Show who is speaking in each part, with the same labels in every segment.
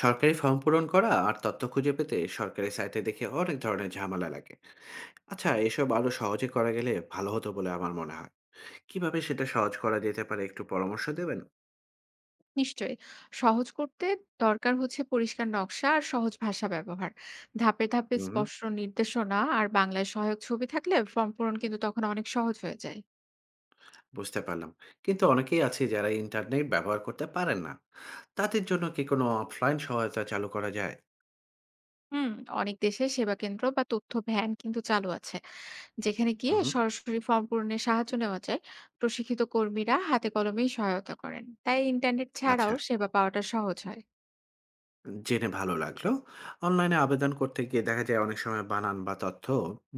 Speaker 1: সরকারি ফর্ম পূরণ করা আর তথ্য খুঁজে পেতে সরকারি সাইটে দেখে অনেক ধরনের ঝামেলা লাগে। আচ্ছা, এসব আরো সহজে করা গেলে ভালো হতো বলে আমার মনে হয়। কিভাবে সেটা সহজ করা যেতে পারে, একটু পরামর্শ দেবেন?
Speaker 2: নিশ্চয়ই। সহজ করতে দরকার হচ্ছে পরিষ্কার নকশা আর সহজ ভাষা ব্যবহার। ধাপে, ধাপে
Speaker 1: হুম।
Speaker 2: স্পষ্ট নির্দেশনা আর বাংলায় সহায়ক ছবি থাকলে ফর্ম পূরণ কিন্তু তখন অনেক সহজ হয়ে যায়।
Speaker 1: বুঝতে পারলাম। কিন্তু অনেকেই আছে যারা ইন্টারনেট ব্যবহার করতে পারেন না। তাদের জন্য কি কোনো অফলাইন সহায়তা চালু করা যায়?
Speaker 2: হুম, অনেক দেশে সেবা কেন্দ্র বা তথ্য ভ্যান কিন্তু চালু আছে। যেখানে গিয়ে
Speaker 1: হুম।
Speaker 2: সরাসরি ফর্ম পূরণে সাহায্য নেওয়া যায়। প্রশিক্ষিত কর্মীরা হাতে কলমেই সহায়তা করেন। তাই ইন্টারনেট ছাড়াও
Speaker 1: আচ্ছা,
Speaker 2: সেবা পাওয়াটা সহজ হয়।
Speaker 1: জেনে ভালো লাগলো। অনলাইনে আবেদন করতে গিয়ে দেখা যায় অনেক সময় বানান বা তথ্য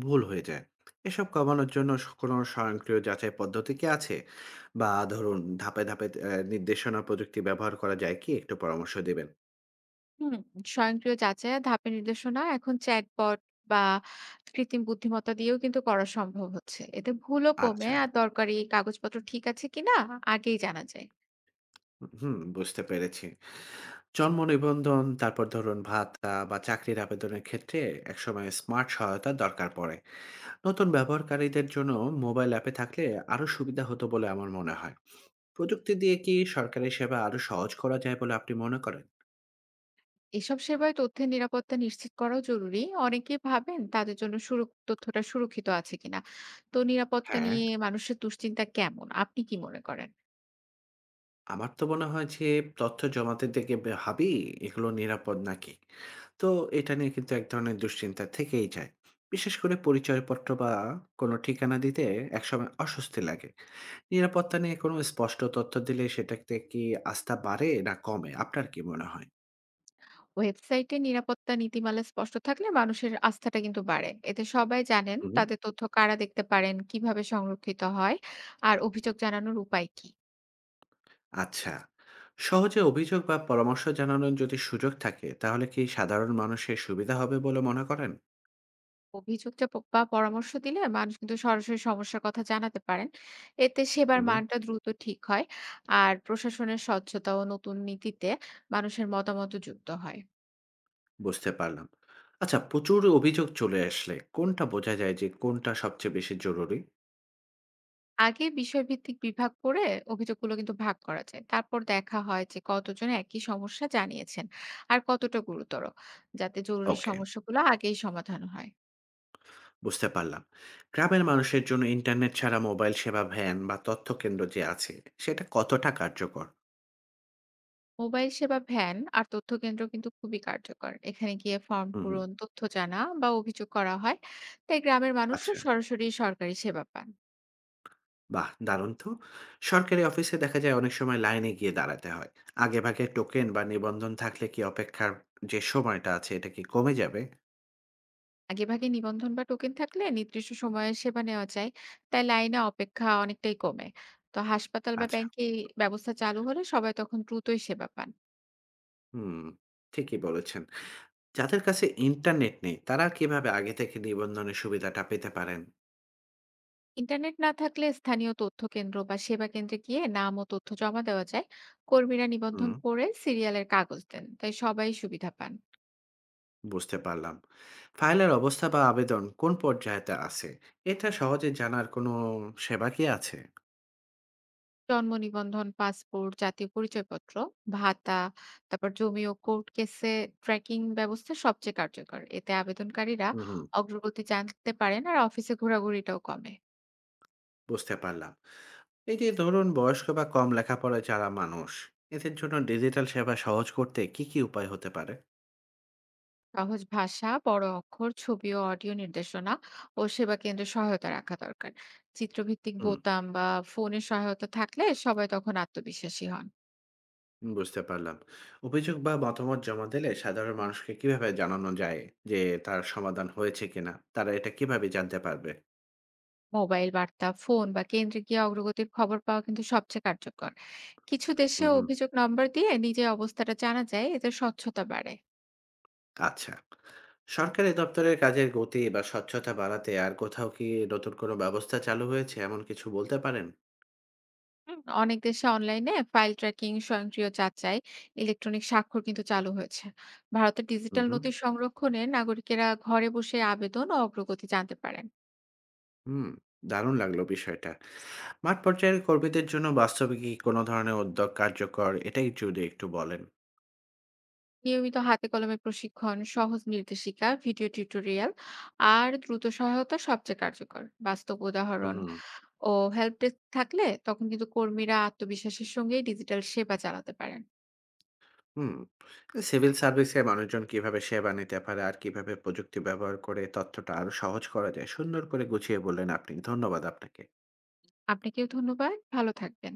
Speaker 1: ভুল হয়ে যায়। এসব কমানোর জন্য কোনো স্বয়ংক্রিয় যাচাই পদ্ধতি কি আছে? বা ধরুন ধাপে ধাপে নির্দেশনা প্রযুক্তি ব্যবহার করা যায় কি, একটু পরামর্শ দেবেন?
Speaker 2: হুম, স্বয়ংক্রিয় যাচাইয়ের ধাপে নির্দেশনা এখন চ্যাটবট বা কৃত্রিম বুদ্ধিমত্তা দিয়েও কিন্তু করা সম্ভব হচ্ছে। এতে ভুলও কমে
Speaker 1: আচ্ছা।
Speaker 2: আর দরকারি কাগজপত্র ঠিক আছে কিনা আগেই জানা যায়।
Speaker 1: হুম, বুঝতে পেরেছি। জন্ম নিবন্ধন, তারপর ধরুন ভাতা বা চাকরির আবেদনের ক্ষেত্রে একসময় স্মার্ট সহায়তা দরকার পড়ে। নতুন ব্যবহারকারীদের জন্য মোবাইল অ্যাপে থাকলে আরো সুবিধা হতো বলে আমার মনে হয়। প্রযুক্তি দিয়ে কি সরকারি সেবা আরো সহজ করা যায় বলে আপনি মনে করেন?
Speaker 2: এসব সেবায় তথ্যের নিরাপত্তা নিশ্চিত করাও জরুরি। অনেকেই ভাবেন তাদের জন্য সুরক তথ্যটা সুরক্ষিত আছে কিনা। তো নিরাপত্তা
Speaker 1: হ্যাঁ,
Speaker 2: নিয়ে মানুষের দুশ্চিন্তা কেমন, আপনি কি মনে করেন?
Speaker 1: আমার তো মনে হয় যে তথ্য জমাতে থেকে ভাবি এগুলো নিরাপদ নাকি। তো এটা নিয়ে কিন্তু এক ধরনের দুশ্চিন্তা থেকেই যায়। বিশেষ করে পরিচয়পত্র বা কোনো ঠিকানা দিতে একসময় অস্বস্তি লাগে। নিরাপত্তা নিয়ে কোনো স্পষ্ট তথ্য দিলে সেটাতে কি আস্থা বাড়ে না কমে, আপনার কি মনে হয়?
Speaker 2: ওয়েবসাইটে নিরাপত্তা নীতিমালা স্পষ্ট থাকলে মানুষের আস্থাটা কিন্তু বাড়ে। এতে সবাই জানেন
Speaker 1: হুম।
Speaker 2: তাদের তথ্য কারা দেখতে পারেন, কিভাবে সংরক্ষিত হয় আর অভিযোগ জানানোর উপায় কি।
Speaker 1: আচ্ছা, সহজে অভিযোগ বা পরামর্শ জানানোর যদি সুযোগ থাকে তাহলে কি সাধারণ মানুষের সুবিধা হবে বলে মনে করেন?
Speaker 2: অভিযোগটা বা পরামর্শ দিলে মানুষ কিন্তু সরাসরি সমস্যার কথা জানাতে পারেন। এতে সেবার মানটা দ্রুত ঠিক হয় আর প্রশাসনের স্বচ্ছতা ও নতুন নীতিতে মানুষের মতামত যুক্ত হয়।
Speaker 1: বুঝতে পারলাম। আচ্ছা, প্রচুর অভিযোগ চলে আসলে কোনটা বোঝা যায় যে কোনটা সবচেয়ে বেশি জরুরি?
Speaker 2: আগে বিষয়ভিত্তিক বিভাগ করে অভিযোগগুলো কিন্তু ভাগ করা যায়। তারপর দেখা হয় যে কতজন একই সমস্যা জানিয়েছেন আর কতটা গুরুতর, যাতে জরুরি
Speaker 1: ওকে,
Speaker 2: সমস্যাগুলো আগেই সমাধান হয়।
Speaker 1: বুঝতে পারলাম। গ্রামের মানুষের জন্য ইন্টারনেট ছাড়া মোবাইল সেবা ভ্যান বা তথ্য কেন্দ্র যে আছে, সেটা কতটা কার্যকর?
Speaker 2: মোবাইল সেবা ভ্যান আর তথ্য কেন্দ্র কিন্তু খুবই কার্যকর। এখানে গিয়ে ফর্ম
Speaker 1: হুম, হুম।
Speaker 2: পূরণ, তথ্য জানা বা অভিযোগ করা হয়। তাই গ্রামের মানুষও
Speaker 1: আচ্ছা,
Speaker 2: সরাসরি সরকারি সেবা পান।
Speaker 1: বাহ! দারুণ তো। সরকারি অফিসে দেখা যায় অনেক সময় লাইনে গিয়ে দাঁড়াতে হয়। আগেভাগে টোকেন বা নিবন্ধন থাকলে কি অপেক্ষার যে সময়টা আছে এটা কি কমে যাবে?
Speaker 2: আগেভাগে নিবন্ধন বা টোকেন থাকলে নির্দিষ্ট সময়ে সেবা নেওয়া যায়। তাই লাইনে অপেক্ষা অনেকটাই কমে। তো হাসপাতাল বা
Speaker 1: আচ্ছা,
Speaker 2: ব্যাংকে এই ব্যবস্থা চালু হলে সবাই তখন দ্রুতই সেবা পান।
Speaker 1: হুম, ঠিকই বলেছেন। যাদের কাছে ইন্টারনেট নেই তারা কিভাবে আগে থেকে নিবন্ধনের সুবিধাটা পেতে পারেন?
Speaker 2: ইন্টারনেট না থাকলে স্থানীয় তথ্য কেন্দ্র বা সেবা কেন্দ্রে গিয়ে নাম ও তথ্য জমা দেওয়া যায়। কর্মীরা নিবন্ধন
Speaker 1: হুম,
Speaker 2: করে সিরিয়ালের কাগজ দেন, তাই সবাই সুবিধা পান।
Speaker 1: বুঝতে পারলাম। ফাইলের অবস্থা বা আবেদন কোন পর্যায়েতে আছে? এটা সহজে জানার কোনো সেবা কি আছে?
Speaker 2: জন্ম নিবন্ধন, পাসপোর্ট, জাতীয় পরিচয়পত্র, ভাতা, তারপর জমি ও কোর্ট কেসে ট্র্যাকিং ব্যবস্থা সবচেয়ে কার্যকর। এতে আবেদনকারীরা
Speaker 1: হুম, হুম,
Speaker 2: অগ্রগতি জানতে পারেন আর অফিসে ঘোরাঘুরিটাও কমে।
Speaker 1: বুঝতে পারলাম। এই যে ধরুন বয়স্ক বা কম লেখাপড়া যারা মানুষ, এদের জন্য ডিজিটাল সেবা সহজ করতে কি, কি উপায় হতে পারে?
Speaker 2: সহজ ভাষা, বড় অক্ষর, ছবি ও অডিও নির্দেশনা ও সেবা কেন্দ্রে সহায়তা রাখা দরকার। চিত্রভিত্তিক
Speaker 1: হুম,
Speaker 2: বোতাম বা ফোনের সহায়তা থাকলে সবাই তখন আত্মবিশ্বাসী হন।
Speaker 1: বুঝতে পারলাম। অভিযোগ বা মতামত জমা দিলে সাধারণ মানুষকে কিভাবে জানানো যায় যে তার সমাধান হয়েছে কিনা? তারা এটা কিভাবে জানতে পারবে?
Speaker 2: মোবাইল বার্তা, ফোন বা কেন্দ্রে গিয়ে অগ্রগতির খবর পাওয়া কিন্তু সবচেয়ে কার্যকর। কিছু দেশে
Speaker 1: হুম,
Speaker 2: অভিযোগ নম্বর দিয়ে নিজের অবস্থাটা জানা যায়, এতে স্বচ্ছতা বাড়ে।
Speaker 1: আচ্ছা। সরকারি দপ্তরের কাজের গতি বা স্বচ্ছতা বাড়াতে আর কোথাও কি নতুন কোনো ব্যবস্থা চালু হয়েছে, এমন কিছু বলতে পারেন?
Speaker 2: হুম, অনেক দেশে অনলাইনে ফাইল ট্র্যাকিং, স্বয়ংক্রিয় যাচাই, ইলেকট্রনিক স্বাক্ষর কিন্তু চালু হয়েছে। ভারতের
Speaker 1: হু,
Speaker 2: ডিজিটাল
Speaker 1: হু।
Speaker 2: নথি সংরক্ষণে নাগরিকেরা ঘরে বসে আবেদন ও অগ্রগতি জানতে পারেন।
Speaker 1: হুম, দারুণ লাগলো বিষয়টা। মাঠ পর্যায়ের কর্মীদের জন্য বাস্তবে কি কোনো ধরনের উদ্যোগ কার্যকর, এটাই যদি একটু বলেন?
Speaker 2: নিয়মিত হাতে কলমে প্রশিক্ষণ, সহজ নির্দেশিকা, ভিডিও টিউটোরিয়াল আর দ্রুত সহায়তা সবচেয়ে কার্যকর। বাস্তব
Speaker 1: হু,
Speaker 2: উদাহরণ
Speaker 1: হু,
Speaker 2: ও হেল্প ডেস্ক থাকলে তখন কিন্তু কর্মীরা আত্মবিশ্বাসের সঙ্গে ডিজিটাল সেবা চালাতে পারেন।
Speaker 1: হুম। সিভিল সার্ভিসে মানুষজন কিভাবে সেবা নিতে পারে আর কিভাবে প্রযুক্তি ব্যবহার করে তথ্যটা আরো সহজ করা যায় সুন্দর করে গুছিয়ে বললেন আপনি। ধন্যবাদ আপনাকে।
Speaker 2: আপনাকেও ধন্যবাদ, ভালো থাকবেন।